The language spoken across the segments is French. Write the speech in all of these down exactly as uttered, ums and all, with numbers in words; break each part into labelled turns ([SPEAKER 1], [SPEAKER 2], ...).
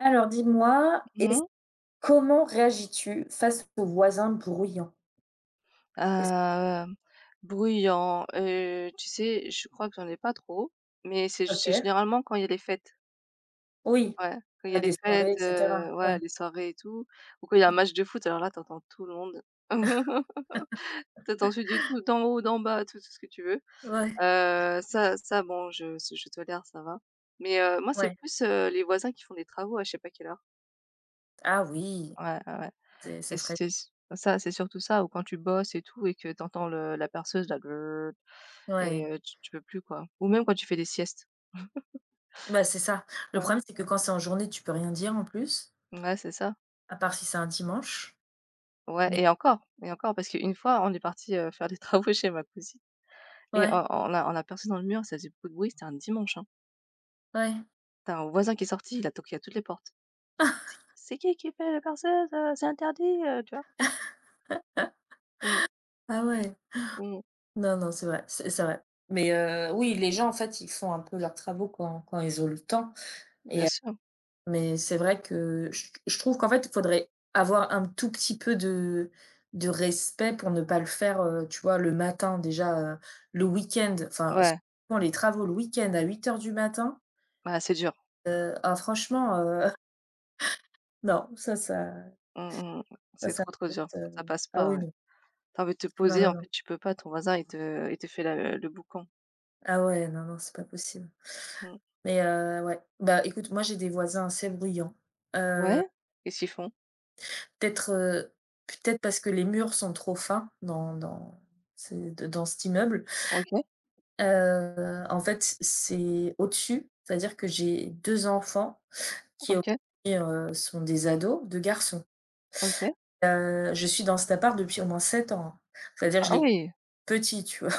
[SPEAKER 1] Alors dis-moi,
[SPEAKER 2] Mmh
[SPEAKER 1] est-ce
[SPEAKER 2] mh.
[SPEAKER 1] comment réagis-tu face aux voisins bruyants? Est-ce
[SPEAKER 2] Bruyant, heu, tu sais, je crois que j'en ai pas trop, mais c'est c'est
[SPEAKER 1] OK.
[SPEAKER 2] généralement quand il y a les fêtes.
[SPEAKER 1] Oui,
[SPEAKER 2] Ouais, quand il y a
[SPEAKER 1] à
[SPEAKER 2] les
[SPEAKER 1] des
[SPEAKER 2] fêtes,
[SPEAKER 1] soirées et
[SPEAKER 2] heu,
[SPEAKER 1] cetera.
[SPEAKER 2] ouais,
[SPEAKER 1] Ouais.
[SPEAKER 2] les soirées et tout, ou quand il y a un match de foot, alors là, t'entends tout le monde. T'entends celui du tout d'en haut, d'en bas, tout tout ce que tu veux.
[SPEAKER 1] Ouais,
[SPEAKER 2] Heu, ça ça bon, je je tolère, ça va. Mais heu, moi, c'est
[SPEAKER 1] ouais.
[SPEAKER 2] plus, heu, les voisins qui font des travaux à je sais pas quelle heure.
[SPEAKER 1] Ah oui,
[SPEAKER 2] Ouais, ouais, ouais.
[SPEAKER 1] c'est c'est
[SPEAKER 2] C'est
[SPEAKER 1] fréq
[SPEAKER 2] c'est s Ça, c'est surtout ça ou quand tu bosses et tout et que t'entends entends le la perceuse là grrr, et
[SPEAKER 1] ouais.
[SPEAKER 2] heu, tu tu peux plus quoi. Ou même quand tu fais des siestes.
[SPEAKER 1] Bah, c'est ça. Le
[SPEAKER 2] Ouais,
[SPEAKER 1] problème, c'est que quand c'est en journée, tu peux rien dire en plus,
[SPEAKER 2] ouais, c'est ça.
[SPEAKER 1] à part si c'est un dimanche.
[SPEAKER 2] Ouais
[SPEAKER 1] Mais
[SPEAKER 2] et encore et encore parce qu'une fois, on est parti, heu, faire des travaux chez ma cousine et on
[SPEAKER 1] ouais,
[SPEAKER 2] on a on a percé dans le mur, ça faisait beaucoup de bruit, c'était un dimanche, hein.
[SPEAKER 1] ouais.
[SPEAKER 2] Tu Un voisin qui est sorti, il a toqué à toutes les portes. «C'est qui c'est qui qui fait la perceuse, heu? C'est interdit!» heu, tu vois? Mmh,
[SPEAKER 1] Ah ouais.
[SPEAKER 2] mmh,
[SPEAKER 1] Non, non, c'est vrai, c'est c'est vrai. Mais heu, oui, les gens, en fait, ils font un peu leurs travaux quand quand ils ont le temps
[SPEAKER 2] bien
[SPEAKER 1] et.
[SPEAKER 2] sûr.
[SPEAKER 1] Mais c'est vrai que je je trouve qu'en fait, il faudrait avoir un tout petit peu de de respect pour ne pas le faire, heu, tu vois, le matin déjà, heu, le week-end, enfin,
[SPEAKER 2] Ouais,
[SPEAKER 1] souvent les travaux le week-end à huit heures du matin,
[SPEAKER 2] ouais, c'est dur.
[SPEAKER 1] heu, ah franchement, heu, non, ça ça
[SPEAKER 2] Mmh mh,
[SPEAKER 1] ça
[SPEAKER 2] c'est
[SPEAKER 1] ça
[SPEAKER 2] trop, trop dur.
[SPEAKER 1] mérite,
[SPEAKER 2] Ça
[SPEAKER 1] heu,
[SPEAKER 2] passe
[SPEAKER 1] ah
[SPEAKER 2] pas,
[SPEAKER 1] oui,
[SPEAKER 2] ouais.
[SPEAKER 1] non.
[SPEAKER 2] T'as envie de te
[SPEAKER 1] Non,
[SPEAKER 2] poser,
[SPEAKER 1] non,
[SPEAKER 2] en
[SPEAKER 1] non.
[SPEAKER 2] fait, tu peux pas, ton voisin, il te il te fait la le boucan.
[SPEAKER 1] Ah ouais, non, non, c'est pas possible.
[SPEAKER 2] Mmh.
[SPEAKER 1] Mais heu, ouais, bah, écoute, moi j'ai des voisins assez bruyants, heu,
[SPEAKER 2] Ouais. Qu'est-ce qu'ils font?
[SPEAKER 1] peut-être, heu, peut-être parce que les murs sont trop fins dans dans c'est dans cet immeuble.
[SPEAKER 2] OK.
[SPEAKER 1] Heu, en fait, c'est au-dessus, c'est-à-dire que j'ai deux enfants qui
[SPEAKER 2] OK,
[SPEAKER 1] aujourd'hui, heu, sont des ados, deux garçons.
[SPEAKER 2] OK.
[SPEAKER 1] Heu, je suis dans cet appart depuis au moins sept ans, hein. C'est-à-dire que je
[SPEAKER 2] Ah
[SPEAKER 1] les
[SPEAKER 2] oui!
[SPEAKER 1] petits, tu vois?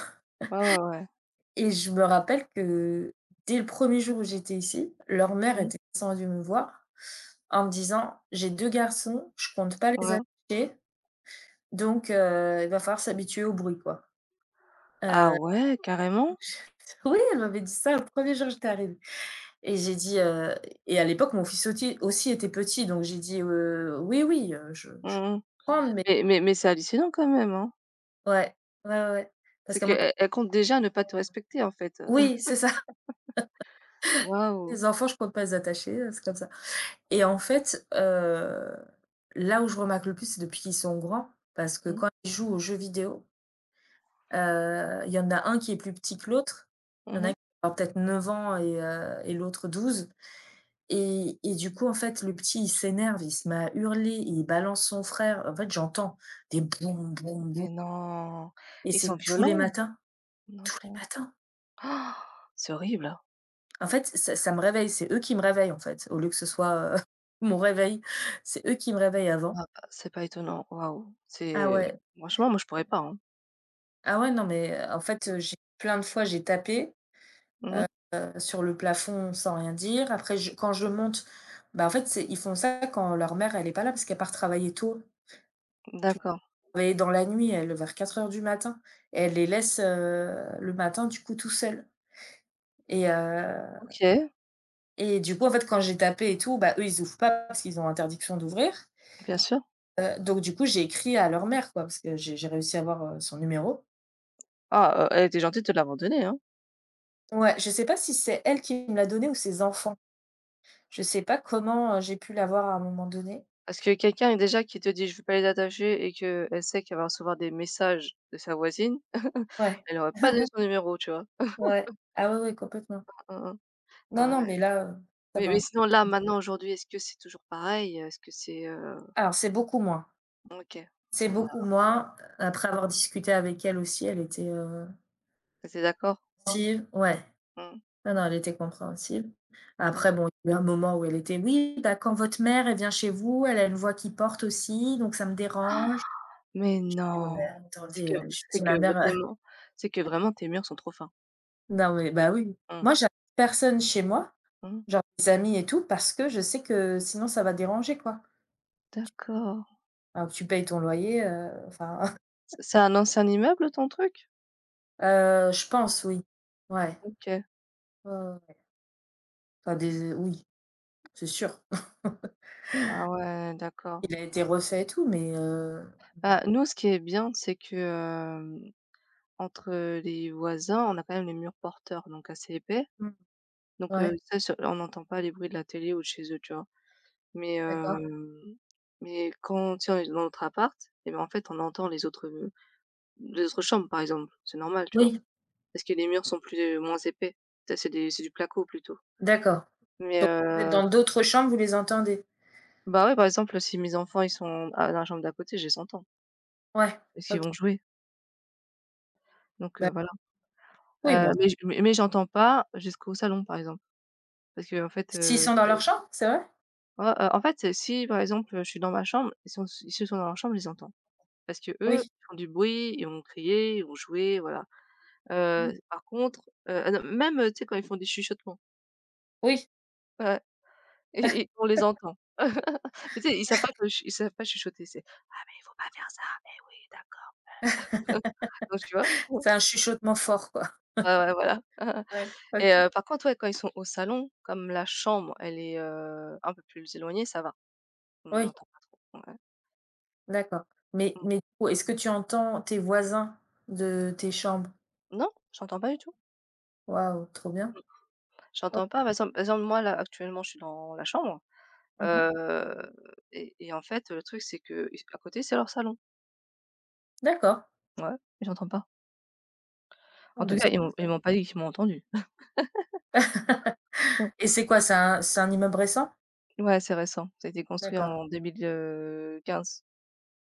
[SPEAKER 2] Ouais, ouais, ouais.
[SPEAKER 1] Et je me rappelle que dès le premier jour où j'étais ici, leur mère
[SPEAKER 2] Mmh,
[SPEAKER 1] était descendue me voir en me disant: «J'ai deux garçons, je compte pas les
[SPEAKER 2] ouais.
[SPEAKER 1] attacher, donc heu, il va falloir s'habituer au bruit, quoi».
[SPEAKER 2] Ah
[SPEAKER 1] Heu,
[SPEAKER 2] ouais, carrément?
[SPEAKER 1] oui, elle m'avait dit ça le premier jour où j'étais arrivée. Et j'ai dit, heu et à l'époque, mon fils auti aussi était petit, donc j'ai dit: «Heu, oui, oui, heu, je je peux
[SPEAKER 2] Mmh mh.
[SPEAKER 1] comprendre, mais».
[SPEAKER 2] Mais mais mais c'est hallucinant quand même, hein.
[SPEAKER 1] Ouais, ouais, ouais, ouais. Parce
[SPEAKER 2] C'est
[SPEAKER 1] qu'à mon a
[SPEAKER 2] qu'elles elle compte déjà ne pas te respecter, en fait.
[SPEAKER 1] Oui, c'est ça.
[SPEAKER 2] Waouh!
[SPEAKER 1] Les enfants, je compte pas les attacher, heu, c'est comme ça. Et en fait, heu, là où je remarque le plus, c'est depuis qu'ils sont grands, parce que
[SPEAKER 2] Mmh.
[SPEAKER 1] quand ils jouent aux jeux vidéo, heu, il y en a un qui est plus petit que l'autre. Il y en a un
[SPEAKER 2] Mmh.
[SPEAKER 1] qui va peut-être neuf ans et heu et l'autre douze. Et et du coup, en fait, le petit, il s'énerve, il se met à hurler, il balance son frère. En fait, j'entends des boum, boum, boum,
[SPEAKER 2] Mais non!
[SPEAKER 1] et
[SPEAKER 2] Ils sont
[SPEAKER 1] c'est tous les
[SPEAKER 2] violents?
[SPEAKER 1] matins, tous les
[SPEAKER 2] D'accord.
[SPEAKER 1] matins.
[SPEAKER 2] Ah, c'est horrible. Ah
[SPEAKER 1] En fait, ça ça me réveille, c'est eux qui me réveillent, en fait, au lieu que ce soit, heu, mon réveil, c'est eux qui me réveillent avant.
[SPEAKER 2] bah, c'est pas étonnant. Waouh!
[SPEAKER 1] Ah
[SPEAKER 2] C'est
[SPEAKER 1] ouais,
[SPEAKER 2] Franchement, moi, je pourrais pas, hein.
[SPEAKER 1] ah ouais, non, mais heu, en fait, heu, j'ai plein de fois, j'ai tapé,
[SPEAKER 2] Mmh.
[SPEAKER 1] heu, sur le plafond sans rien dire. Après je quand je monte, bah, en fait, c'est ils font ça quand leur mère, elle est pas là parce qu'elle part travailler tôt,
[SPEAKER 2] D'accord.
[SPEAKER 1] mais dans la nuit, elle, vers quatre heures du matin. Et elle les laisse, heu, le matin, du coup, tout seuls, et heu
[SPEAKER 2] OK,
[SPEAKER 1] et du coup, en fait, quand j'ai tapé et tout, bah, eux, ils ouvrent pas parce qu'ils ont interdiction d'ouvrir.
[SPEAKER 2] bien sûr.
[SPEAKER 1] Heu, donc du coup, j'ai écrit à leur mère, quoi, parce que j'ai j'ai réussi à avoir, heu, son numéro.
[SPEAKER 2] Ah, heu, elle était gentille de te l'avoir donné, hein.
[SPEAKER 1] Ouais, je sais pas si c'est elle qui me l'a donné ou ses enfants. Je sais pas comment, heu, j'ai pu l'avoir à un moment donné.
[SPEAKER 2] Parce que quelqu'un déjà qui te dit: «Je veux pas les attacher» et qu'elle sait qu'elle va recevoir des messages de sa voisine,
[SPEAKER 1] Ouais,
[SPEAKER 2] elle aurait pas donné son numéro, tu vois?
[SPEAKER 1] ouais. Ah oui, oui, complètement.
[SPEAKER 2] Mmh mh.
[SPEAKER 1] Non,
[SPEAKER 2] Ah
[SPEAKER 1] non, mais
[SPEAKER 2] ouais.
[SPEAKER 1] là, heu, ça
[SPEAKER 2] Mais mais
[SPEAKER 1] va.
[SPEAKER 2] sinon là, maintenant, aujourd'hui, est-ce que c'est toujours pareil? Est-ce que c'est, heu
[SPEAKER 1] Alors, c'est beaucoup moins,
[SPEAKER 2] OK,
[SPEAKER 1] c'est
[SPEAKER 2] ça va.
[SPEAKER 1] beaucoup moins.
[SPEAKER 2] Mmh.
[SPEAKER 1] Après avoir discuté avec elle aussi, elle était, heu
[SPEAKER 2] Tu d'accord?
[SPEAKER 1] compréhensive, ouais.
[SPEAKER 2] Mmh,
[SPEAKER 1] Non, non, elle était compréhensive.
[SPEAKER 2] mmh.
[SPEAKER 1] Après bon, il y a eu un moment où elle était: «Oui, bah, quand votre mère, elle vient chez vous, elle a une voix qui porte aussi, donc ça me dérange».
[SPEAKER 2] Mais
[SPEAKER 1] Je «Ouais,
[SPEAKER 2] non!
[SPEAKER 1] mais
[SPEAKER 2] C'est
[SPEAKER 1] attendez,
[SPEAKER 2] que
[SPEAKER 1] heu», je
[SPEAKER 2] c'est
[SPEAKER 1] dis:
[SPEAKER 2] que
[SPEAKER 1] «Ma mère, heu»
[SPEAKER 2] vraiment c'est que vraiment tes murs sont trop fins.
[SPEAKER 1] Non, mais bah, oui.
[SPEAKER 2] Mmh,
[SPEAKER 1] Moi, j'ai personne chez moi,
[SPEAKER 2] mmh,
[SPEAKER 1] genre des amis et tout, parce que je sais que sinon ça va déranger, quoi.
[SPEAKER 2] d'accord.
[SPEAKER 1] Alors que tu payes ton loyer, heu, enfin,
[SPEAKER 2] C'est c'est un ancien immeuble ton truc?
[SPEAKER 1] heu, je pense, oui. Ouais,
[SPEAKER 2] OK.
[SPEAKER 1] ouais, ouais, ouais. Enfin des euh, oui, c'est sûr.
[SPEAKER 2] Ah ouais, d'accord.
[SPEAKER 1] Il a été refait et tout, mais heu,
[SPEAKER 2] Bah, nous, ce qui est bien, c'est que, hem, entre, les voisins, on a quand même les murs porteurs, donc assez épais.
[SPEAKER 1] mmh,
[SPEAKER 2] Donc, heu,
[SPEAKER 1] ouais,
[SPEAKER 2] ça sur on n'entend pas les bruits de la télé ou de chez eux, tu vois? Mais,
[SPEAKER 1] d'accord.
[SPEAKER 2] hem, mais quand tu sais, on est dans notre appart et ben, en fait, on entend les autres, les autres chambres, par exemple. C'est normal, tu vois?
[SPEAKER 1] Oui,
[SPEAKER 2] Parce que les murs sont plus moins épais. Tu c'est des C'est du placo plutôt.
[SPEAKER 1] d'accord.
[SPEAKER 2] Mais,
[SPEAKER 1] Donc vous êtes
[SPEAKER 2] heu,
[SPEAKER 1] dans d'autres chambres, vous les entendez?
[SPEAKER 2] bah, ouais, par exemple, si mes enfants, ils sont à dans la chambre d'à côté, je les entends
[SPEAKER 1] Ouais,
[SPEAKER 2] parce qu'ils
[SPEAKER 1] OK.
[SPEAKER 2] vont jouer. Donc, heu,
[SPEAKER 1] Bah,
[SPEAKER 2] voilà.
[SPEAKER 1] oui,
[SPEAKER 2] Heu,
[SPEAKER 1] bon,
[SPEAKER 2] mais j mais mais j'entends pas jusqu'au salon, par exemple. Parce que en fait,
[SPEAKER 1] s'ils
[SPEAKER 2] heu,
[SPEAKER 1] sont dans
[SPEAKER 2] c'est
[SPEAKER 1] leur chambre, c'est vrai?
[SPEAKER 2] ouais, heu, en fait, si par exemple, je suis dans ma chambre, ils sont ils se sont dans leur chambre, je les entends. Parce qu'eux,
[SPEAKER 1] Oui.
[SPEAKER 2] ils font du bruit, ils vont crier, ils vont jouer, voilà. Heu,
[SPEAKER 1] Mmh.
[SPEAKER 2] par contre, heu, ah non, même, heu, tu sais quand ils font des chuchotements,
[SPEAKER 1] Oui,
[SPEAKER 2] ouais. et et on les entend. Mais tu sais, ils savent pas que ch ils savent pas chuchoter, c'est: «Ah mais il faut pas faire ça, mais oui d'accord». Donc tu vois?
[SPEAKER 1] c'est un chuchotement fort, quoi.
[SPEAKER 2] Ouais, ouais, voilà.
[SPEAKER 1] Ouais,
[SPEAKER 2] Et
[SPEAKER 1] OK.
[SPEAKER 2] heu, par contre, ouais, quand ils sont au salon, comme la chambre, elle est, heu, un peu plus éloignée, ça va. On
[SPEAKER 1] Oui,
[SPEAKER 2] n'entend pas trop, ouais.
[SPEAKER 1] d'accord. Mais
[SPEAKER 2] Mmh.
[SPEAKER 1] mais du coup, est-ce que tu entends tes voisins de tes chambres?
[SPEAKER 2] Non, j'entends pas du tout.
[SPEAKER 1] Waouh, trop bien. OK.
[SPEAKER 2] J'entends pas, par exemple par exemple, moi, là, actuellement, je suis dans la chambre,
[SPEAKER 1] Mmh mh.
[SPEAKER 2] heu et et en fait, le truc, c'est que ils à côté, c'est leur salon.
[SPEAKER 1] D'accord.
[SPEAKER 2] Ouais, et j'entends pas. En
[SPEAKER 1] Ah
[SPEAKER 2] tout
[SPEAKER 1] bah,
[SPEAKER 2] cas,
[SPEAKER 1] c'est
[SPEAKER 2] ils
[SPEAKER 1] cool
[SPEAKER 2] m'ont ils
[SPEAKER 1] ça.
[SPEAKER 2] m'ont pas dit qu'ils m'ont entendue. Mmh.
[SPEAKER 1] Et c'est quoi, c'est un c'est un immeuble récent?
[SPEAKER 2] Ouais, c'est récent. Ça a été construit
[SPEAKER 1] D'accord,
[SPEAKER 2] en deux mille quinze.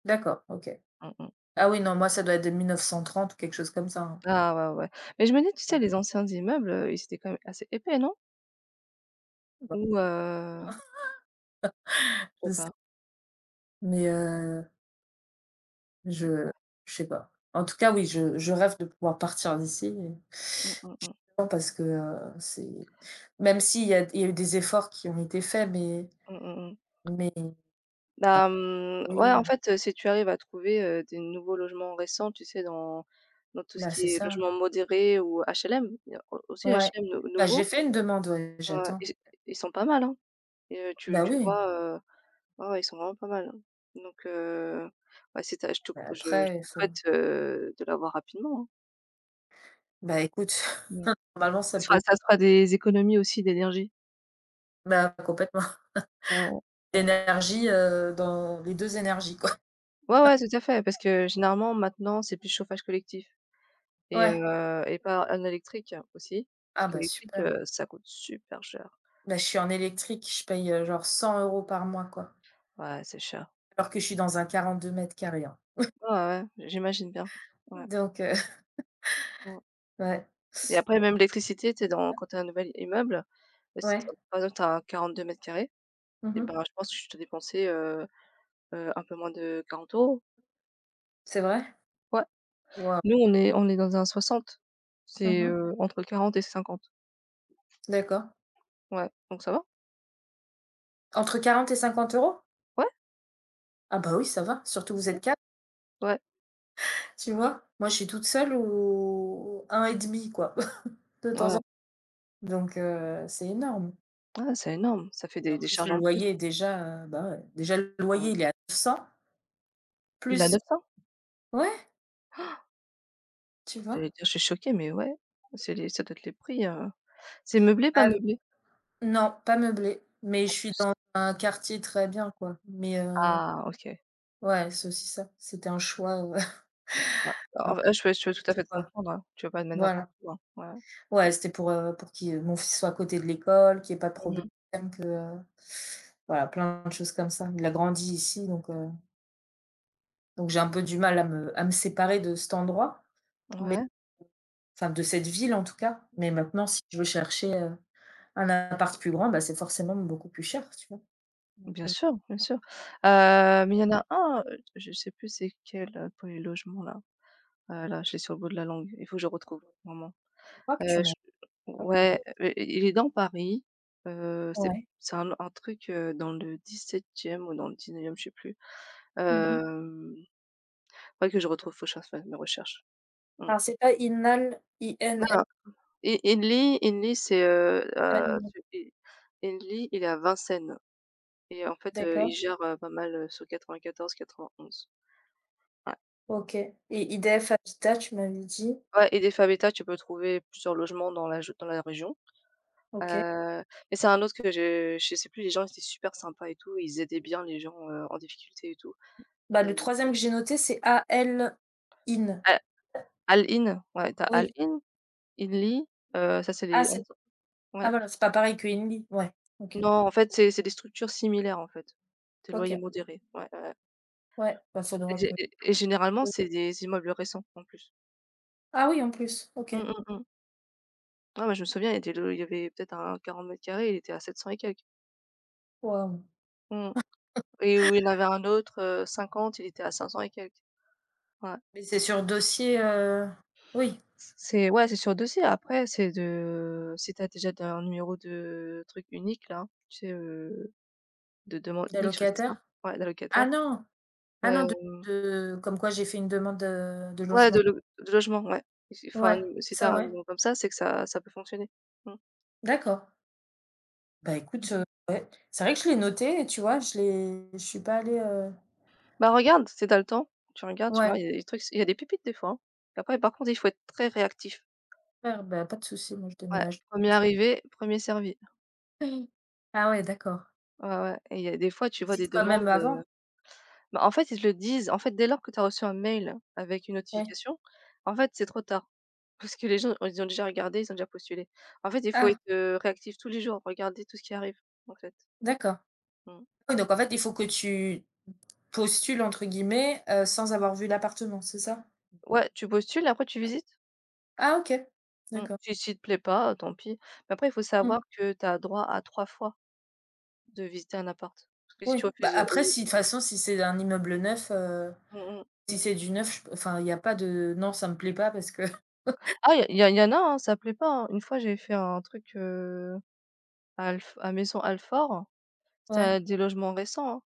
[SPEAKER 1] d'accord, OK.
[SPEAKER 2] Mmh mh.
[SPEAKER 1] Ah oui, non, moi, ça doit être de mille neuf cent trente ou quelque chose comme ça, hein.
[SPEAKER 2] Ah ouais, ouais. Mais je me dis, tu sais,
[SPEAKER 1] Ouais,
[SPEAKER 2] les anciens immeubles, heu, ils étaient quand même assez épais, non?
[SPEAKER 1] bah,
[SPEAKER 2] Ou heu, je
[SPEAKER 1] je
[SPEAKER 2] sais
[SPEAKER 1] sais.
[SPEAKER 2] pas.
[SPEAKER 1] Mais heu Je je sais pas. En tout cas, oui, je je rêve de pouvoir partir d'ici et
[SPEAKER 2] Mmh, mmh mh.
[SPEAKER 1] non, parce que, heu, c'est même s'il y a il y a eu des efforts qui ont été faits, mais
[SPEAKER 2] Mmh mh mh.
[SPEAKER 1] mais enfin,
[SPEAKER 2] Bah, mmh, ouais,
[SPEAKER 1] oui,
[SPEAKER 2] en fait, heu, si tu arrives à trouver, heu, des nouveaux logements récents, tu sais, dans dans tout ce
[SPEAKER 1] bah, c'est
[SPEAKER 2] qui est
[SPEAKER 1] ça.
[SPEAKER 2] logement modéré ou H L M, il y a au aussi
[SPEAKER 1] Ouais.
[SPEAKER 2] H L M nou
[SPEAKER 1] Bah, j'ai
[SPEAKER 2] nouveau,
[SPEAKER 1] fait une demande, ouais,
[SPEAKER 2] heu,
[SPEAKER 1] j'attends.
[SPEAKER 2] ils ils sont pas mal, hein et heu, tu
[SPEAKER 1] Bah,
[SPEAKER 2] tu
[SPEAKER 1] oui,
[SPEAKER 2] vois, heu, ouais, ouais, ils sont vraiment pas mal, hein. Donc heu, ouais, si tu je te
[SPEAKER 1] bah,
[SPEAKER 2] je je
[SPEAKER 1] après il
[SPEAKER 2] te
[SPEAKER 1] faut.
[SPEAKER 2] souhaite, heu, de l'avoir rapidement, hein.
[SPEAKER 1] Bah, écoute,
[SPEAKER 2] Mmh.
[SPEAKER 1] normalement ça
[SPEAKER 2] Ça
[SPEAKER 1] peut.
[SPEAKER 2] sera ça sera des économies aussi d'énergie.
[SPEAKER 1] Bah, complètement.
[SPEAKER 2] Heu,
[SPEAKER 1] L'énergie, heu, dans les deux énergies, quoi.
[SPEAKER 2] ouais, ouais, tout à fait, parce que généralement maintenant, c'est plus chauffage collectif. Et
[SPEAKER 1] Ouais.
[SPEAKER 2] heu et pas un électrique aussi, parce
[SPEAKER 1] Ah, bah,
[SPEAKER 2] qu'électrique,
[SPEAKER 1] super.
[SPEAKER 2] heu, ça coûte super cher.
[SPEAKER 1] Bah, je suis en électrique, je paye, heu, genre cent euros par mois, quoi,
[SPEAKER 2] Ouais, c'est cher.
[SPEAKER 1] alors que je suis dans un quarante-deux mètres carrés, hein.
[SPEAKER 2] Ouais, ouais, ouais, j'imagine bien. Ouais,
[SPEAKER 1] Donc heu,
[SPEAKER 2] mmh,
[SPEAKER 1] ouais.
[SPEAKER 2] et après même l'électricité, tu dans quand tu as un nouvel immeuble, bah, si
[SPEAKER 1] Ouais.
[SPEAKER 2] t'as as par exemple, tu as quarante-deux m², et
[SPEAKER 1] Mmh.
[SPEAKER 2] ben, je pense que tu dois dépenser, heu heu, un peu moins de quarante euros.
[SPEAKER 1] C'est vrai?
[SPEAKER 2] Ouais.
[SPEAKER 1] Waouh.
[SPEAKER 2] Nous, on est on est dans un soixante. C'est,
[SPEAKER 1] Mmh.
[SPEAKER 2] heu, entre quarante et cinquante.
[SPEAKER 1] D'accord.
[SPEAKER 2] Ouais, donc ça va.
[SPEAKER 1] Entre quarante et cinquante euros.
[SPEAKER 2] Ouais,
[SPEAKER 1] Ah bah oui, ça va, surtout que vous
[SPEAKER 2] mmh,
[SPEAKER 1] êtes quatre,
[SPEAKER 2] ouais,
[SPEAKER 1] tu vois? Moi, je suis toute seule ou un et demi quoi, de temps en temps,
[SPEAKER 2] ouais,
[SPEAKER 1] donc heu, c'est énorme.
[SPEAKER 2] ouais, c'est énorme, ça fait
[SPEAKER 1] Et
[SPEAKER 2] des
[SPEAKER 1] en
[SPEAKER 2] des
[SPEAKER 1] plus,
[SPEAKER 2] charges
[SPEAKER 1] le
[SPEAKER 2] en plus.
[SPEAKER 1] loyer est déjà, heu, bah ouais, déjà le
[SPEAKER 2] Mmh.
[SPEAKER 1] loyer, il est à neuf cents
[SPEAKER 2] Il a
[SPEAKER 1] plus
[SPEAKER 2] neuf cents?
[SPEAKER 1] ouais, tu vois?
[SPEAKER 2] J'allais dire, je suis choquée, mais ouais, c'est les ça doit être les prix, heu. C'est meublé, pas
[SPEAKER 1] Bah
[SPEAKER 2] meublé,
[SPEAKER 1] non, pas meublé, mais je
[SPEAKER 2] en
[SPEAKER 1] suis
[SPEAKER 2] plus?
[SPEAKER 1] dans un quartier très bien quoi, mais heu,
[SPEAKER 2] Ah OK.
[SPEAKER 1] ouais, c'est aussi ça, c'était un choix, heu,
[SPEAKER 2] Ouais, bah,
[SPEAKER 1] un
[SPEAKER 2] en v
[SPEAKER 1] peu
[SPEAKER 2] je peux je peux tout à fait
[SPEAKER 1] compliqué,
[SPEAKER 2] te
[SPEAKER 1] quoi.
[SPEAKER 2] comprendre, hein. Tu vas pas te mettre n'importe
[SPEAKER 1] Voilà.
[SPEAKER 2] où, hein. Ouais.
[SPEAKER 1] Ouais, c'était pour, heu, pour qui, mon fils soit à côté de l'école, qu'il y ait pas de problème,
[SPEAKER 2] Mmh.
[SPEAKER 1] que, heu, voilà, plein de choses comme ça. Il a grandi ici, donc heu, donc j'ai un peu du mal à me à me séparer de cet endroit, mais
[SPEAKER 2] Ouais,
[SPEAKER 1] enfin de cette ville en tout cas. Mais maintenant si je veux chercher, heu, un appart plus grand, bah, c'est forcément beaucoup plus cher, tu vois? Donc
[SPEAKER 2] bien
[SPEAKER 1] heu,
[SPEAKER 2] sûr, bien sûr. Heu, mais il y en a un, heu, je sais plus c'est quel, heu, pour les logements là. Heu, là, je l'ai sur le bout de la langue, il faut que je retrouve, vraiment.
[SPEAKER 1] je crois que tu
[SPEAKER 2] Heu,
[SPEAKER 1] m'as,
[SPEAKER 2] je
[SPEAKER 1] je crois que-
[SPEAKER 2] Ouais, heu, il est dans Paris, heu, c'est
[SPEAKER 1] ouais.
[SPEAKER 2] c'est un un truc, heu, dans le dix-septième ou dans le dix-neuvième, je sais plus.
[SPEAKER 1] Mmh.
[SPEAKER 2] Hem Faudrait que je retrouve, faut que je fasse mes mes recherches. Mmh.
[SPEAKER 1] Alors c'est pas Inal,
[SPEAKER 2] Non,
[SPEAKER 1] I-N-L-A-I,
[SPEAKER 2] non. Et Henley Henley c'est, heu heu, celui Henley, il est à Vincennes et en fait, heu,
[SPEAKER 1] d'accord,
[SPEAKER 2] il gère, heu, pas mal, heu, sur quatre-vingt-quatorze quatre-vingt-onze. Ouais.
[SPEAKER 1] OK, et I D F Habitat, tu m'avais dit?
[SPEAKER 2] Ouais et des Faveta, tu peux trouver plusieurs logements dans la je dans la région. Heu,
[SPEAKER 1] OK.
[SPEAKER 2] mais c'est un autre que je je sais plus, les gens étaient super sympas et tout, ils aidaient bien les gens, heu, en difficulté et tout.
[SPEAKER 1] Bah,
[SPEAKER 2] Heu,
[SPEAKER 1] le troisième que j'ai noté, c'est A-L in.
[SPEAKER 2] Al Al-Ain, ouais, tu as
[SPEAKER 1] Oui.
[SPEAKER 2] Al-Ain, Henley, heu, ça c'est
[SPEAKER 1] Ah,
[SPEAKER 2] les
[SPEAKER 1] c'est ah
[SPEAKER 2] ouais.
[SPEAKER 1] voilà, c'est pas pareil que Inly. Ouais, OK.
[SPEAKER 2] Non, en fait, c'est c'est des structures similaires, en fait. Des loyers
[SPEAKER 1] OK.
[SPEAKER 2] modérés, ouais, ouais, ouais.
[SPEAKER 1] Ouais, bah,
[SPEAKER 2] Et
[SPEAKER 1] faudra
[SPEAKER 2] gé
[SPEAKER 1] que
[SPEAKER 2] et et généralement, c'est des immeubles récents, en plus.
[SPEAKER 1] ah oui, en plus? OK.
[SPEAKER 2] Mmh, mmh, mmh. Ah, bah, je me souviens, il y a des lo il y avait peut-être un quarante mètres carrés, il était à sept cents et quelques.
[SPEAKER 1] Waouh.
[SPEAKER 2] Mmh et où il y en avait un autre, heu, cinquante, il était à cinq cents et quelques. Ouais.
[SPEAKER 1] Mais c'est sur dossier, heu, oui,
[SPEAKER 2] c'est Ouais, c'est sur dossier. Après, c'est de si t'as déjà un numéro de truc unique là, tu sais, heu, de demande unique, je crois que c'est ça?
[SPEAKER 1] d'allocataire?
[SPEAKER 2] Ouais,
[SPEAKER 1] Ah
[SPEAKER 2] d'allocataire,
[SPEAKER 1] non! Ah non, de
[SPEAKER 2] hem
[SPEAKER 1] de comme quoi j'ai fait une demande, heu, de
[SPEAKER 2] Ouais,
[SPEAKER 1] logement.
[SPEAKER 2] de lo de logement, ouais. Si enfin,
[SPEAKER 1] Ouais,
[SPEAKER 2] si tu
[SPEAKER 1] ça
[SPEAKER 2] as un
[SPEAKER 1] ouais.
[SPEAKER 2] numéro comme ça, c'est que ça ça peut fonctionner. Mmh.
[SPEAKER 1] D'accord. Bah, écoute,
[SPEAKER 2] Mmh.
[SPEAKER 1] heu, ouais, c'est vrai que je l'ai noté et tu vois, je l'ai je suis pas allée, heu
[SPEAKER 2] Bah, regarde, c'est dans le temps, tu regardes, tu
[SPEAKER 1] ouais,
[SPEAKER 2] vois? Il y a des trucs il y a des pépites des fois, hein. Après par contre, il faut être très réactif.
[SPEAKER 1] faire, bah, pas de souci, moi je
[SPEAKER 2] Ouais,
[SPEAKER 1] déménage.
[SPEAKER 2] un arrivé, premier servi.
[SPEAKER 1] Ah ouais, d'accord.
[SPEAKER 2] Ouais, ouais et il y a des fois, tu vois des
[SPEAKER 1] Ils quand
[SPEAKER 2] demandes,
[SPEAKER 1] même
[SPEAKER 2] heu
[SPEAKER 1] avant?
[SPEAKER 2] bah, en fait, ils te le disent. En fait, dès lors que tu as reçu un mail avec une
[SPEAKER 1] Ouais.
[SPEAKER 2] notification, en fait, c'est trop tard. Parce que les gens, ils ont déjà regardé, ils ont déjà postulé. En fait, il faut être,
[SPEAKER 1] Ah,
[SPEAKER 2] heu, réactif tous les jours, regarder tout ce qui arrive, en fait.
[SPEAKER 1] d'accord.
[SPEAKER 2] Mmh.
[SPEAKER 1] Oui, donc en fait, il faut que tu «postules» entre guillemets, heu, sans avoir vu l'appartement, c'est ça?
[SPEAKER 2] Ouais, tu postules, après tu visites?
[SPEAKER 1] Ah OK,
[SPEAKER 2] Mmh.
[SPEAKER 1] d'accord.
[SPEAKER 2] Si si te plaît pas, heu, tant pis. Mais après, il faut savoir
[SPEAKER 1] Mmh,
[SPEAKER 2] que tu as droit à trois fois de visiter un appart. Parce que si tu
[SPEAKER 1] oui. Bah,
[SPEAKER 2] refuses, heu,
[SPEAKER 1] après
[SPEAKER 2] oui.
[SPEAKER 1] si de toute façon, si c'est un immeuble neuf, heu,
[SPEAKER 2] Mmh mh.
[SPEAKER 1] si c'est du neuf, je enfin, il y a pas de: «Non, ça me plaît pas», parce que
[SPEAKER 2] Ah, il y a y en a, hein, ça plaît pas, hein. Une fois, j'avais fait un truc, heu, à Alf à Maisons-Alfort. C'était
[SPEAKER 1] ouais,
[SPEAKER 2] à des logements récents, hein.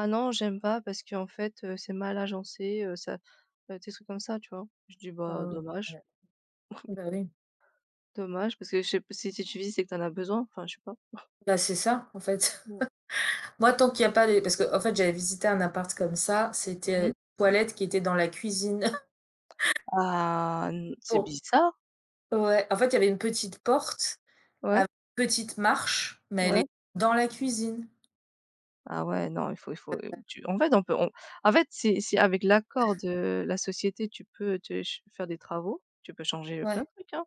[SPEAKER 2] «Ah non, j'aime pas parce qu'en fait, heu, c'est mal agencé, heu, ça» heu, des trucs comme ça, tu vois? Je dis: «Bah,
[SPEAKER 1] heu,
[SPEAKER 2] dommage,
[SPEAKER 1] bah oui.
[SPEAKER 2] dommage» parce que je sais p si si tu vis c'est que t'en as besoin, enfin, je sais pas.
[SPEAKER 1] Bah, c'est ça, en fait.
[SPEAKER 2] Mmh.
[SPEAKER 1] Moi, tant qu'il y a pas les parce que en fait, j'avais visité un appart comme ça, c'était euh,
[SPEAKER 2] Mmh.
[SPEAKER 1] une toilette qui était dans la cuisine.
[SPEAKER 2] Ah, n c'est
[SPEAKER 1] Bon.
[SPEAKER 2] bizarre.
[SPEAKER 1] Ouais, en fait, il y avait une petite porte
[SPEAKER 2] Ouais,
[SPEAKER 1] avec une petite marche, mais elle
[SPEAKER 2] ouais.
[SPEAKER 1] est dans la cuisine.
[SPEAKER 2] Ah ouais, non, il faut il faut, tu en fait, on peut on en fait, si si avec l'accord de la société, tu peux te ch faire des travaux, tu peux changer plein de
[SPEAKER 1] Ouais.
[SPEAKER 2] trucs, hein.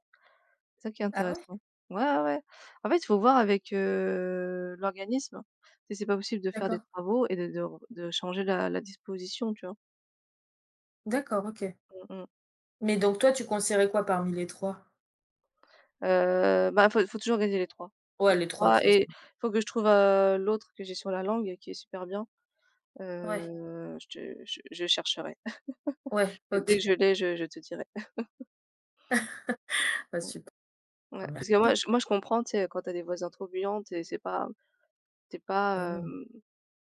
[SPEAKER 2] C'est ça qui est
[SPEAKER 1] Ah ouais?
[SPEAKER 2] intéressant. Ouais, ouais, ouais. En fait, il faut voir avec, heu, l'organisme, si c'est pas possible de faire des
[SPEAKER 1] D'accord.
[SPEAKER 2] travaux et de de de changer la la disposition, tu vois?
[SPEAKER 1] D'accord, OK.
[SPEAKER 2] Mmh mh.
[SPEAKER 1] Mais donc toi, tu conseillerais quoi parmi les trois?
[SPEAKER 2] Heu, bah, faut faut toujours organiser les trois.
[SPEAKER 1] Ouais,
[SPEAKER 2] Les
[SPEAKER 1] les trois de toute
[SPEAKER 2] trois
[SPEAKER 1] façon.
[SPEAKER 2] et faut que je trouve, heu, l'autre que j'ai sur la langue qui est super bien.
[SPEAKER 1] Ouais,
[SPEAKER 2] Heu, je te je je chercherai.
[SPEAKER 1] ouais,
[SPEAKER 2] Dès que
[SPEAKER 1] OK.
[SPEAKER 2] je l'ai, je je te dirai.
[SPEAKER 1] Bah, super.
[SPEAKER 2] Ouais,
[SPEAKER 1] Bah,
[SPEAKER 2] parce que
[SPEAKER 1] merci,
[SPEAKER 2] moi je moi je comprends, tu sais, quand t'as des voisins trop bruyants, tu c'est pas t'es
[SPEAKER 1] eh
[SPEAKER 2] pas,
[SPEAKER 1] oui.
[SPEAKER 2] hem,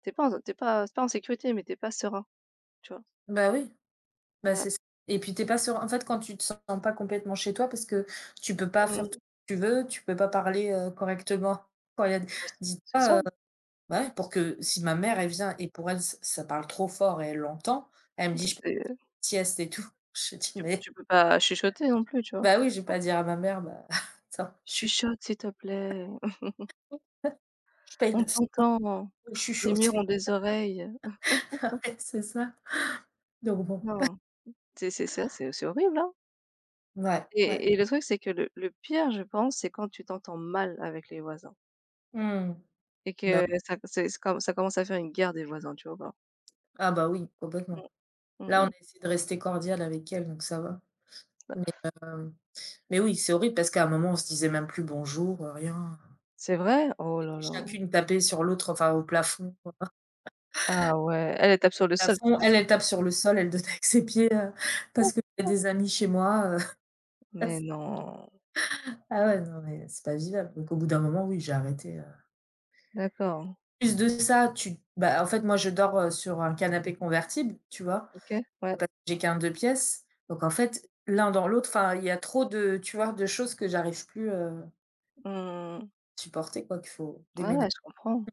[SPEAKER 2] tu pas en tu pas c'est pas en sécurité, mais t'es pas serein, tu vois?
[SPEAKER 1] Bah, oui, bah,
[SPEAKER 2] Ouais,
[SPEAKER 1] c'est ça, et puis t'es pas sûr en fait, quand tu te sens pas complètement chez toi parce que tu peux pas faire tout
[SPEAKER 2] mmh,
[SPEAKER 1] ce que tu veux, tu peux pas parler, heu, correctement quand il y a
[SPEAKER 2] bah, c'est
[SPEAKER 1] dites
[SPEAKER 2] c'est
[SPEAKER 1] pas,
[SPEAKER 2] ça,
[SPEAKER 1] bah, ouais, pour que si ma mère, elle vient et pour elle, ç ça parle trop fort et elle l'entend, elle me
[SPEAKER 2] bah,
[SPEAKER 1] dit: «Je fais
[SPEAKER 2] c'est
[SPEAKER 1] une sieste et tout». Je dis:
[SPEAKER 2] tu
[SPEAKER 1] «Mais
[SPEAKER 2] tu peux pas chuchoter non plus, tu vois?
[SPEAKER 1] bah oui,
[SPEAKER 2] C'est
[SPEAKER 1] je vais
[SPEAKER 2] dur.
[SPEAKER 1] pas dire à ma mère: «Bah, attends, je suis
[SPEAKER 2] «Chuchote s'il te plaît,
[SPEAKER 1] je paye
[SPEAKER 2] on
[SPEAKER 1] neuf euros
[SPEAKER 2] t'entend,
[SPEAKER 1] €, je suis
[SPEAKER 2] les murs ont
[SPEAKER 1] chauffée».
[SPEAKER 2] des oreilles».
[SPEAKER 1] Ouais, c'est ça. Donc bon,
[SPEAKER 2] Non, c'est c'est ça, c'est c'est horrible, hein?
[SPEAKER 1] ouais, ouais.
[SPEAKER 2] Et et le truc, c'est que le le pire, je pense, c'est quand tu t'entends mal avec les voisins
[SPEAKER 1] Mmh.
[SPEAKER 2] et
[SPEAKER 1] Bah
[SPEAKER 2] que ça c'est c'est comme ça commence à faire une guerre des voisins, tu vois ou pas?
[SPEAKER 1] ah bah oui, complètement.
[SPEAKER 2] Mmh, mmh
[SPEAKER 1] Là, on
[SPEAKER 2] mh.
[SPEAKER 1] a essayé de rester cordial avec elle, donc ça va. Mais, hem, mais oui, c'est horrible parce qu'à un moment, on se disait même plus bonjour, heu, rien.
[SPEAKER 2] C'est vrai? Oh
[SPEAKER 1] C'était
[SPEAKER 2] là là.
[SPEAKER 1] chacune tapée sur l'autre, enfin au plafond, quoi. Au
[SPEAKER 2] Ah ouais, elle, elle tape sur le sol.
[SPEAKER 1] plafond, elle, elle tape sur le sol, elle donne avec ses pieds, heu, parce que j'ai des amis chez moi, heu.
[SPEAKER 2] Mais non.
[SPEAKER 1] Ah ouais, non mais c'est pas vivable. Donc au bout d'un moment, oui, j'ai arrêté. heu
[SPEAKER 2] D'accord,
[SPEAKER 1] Plus de ça, tu bah, en fait, moi, je dors, heu, sur un canapé convertible, tu vois?
[SPEAKER 2] OK, ouais.
[SPEAKER 1] Parce que j'ai qu'un deux pièces. Donc en fait, l'un dans l'autre, enfin, il y a trop de, tu vois? De choses que j'arrive plus, heu,
[SPEAKER 2] Mmh.
[SPEAKER 1] supporter quoi, qu'il faut
[SPEAKER 2] Ouais, ouais,
[SPEAKER 1] déménager.
[SPEAKER 2] je comprends.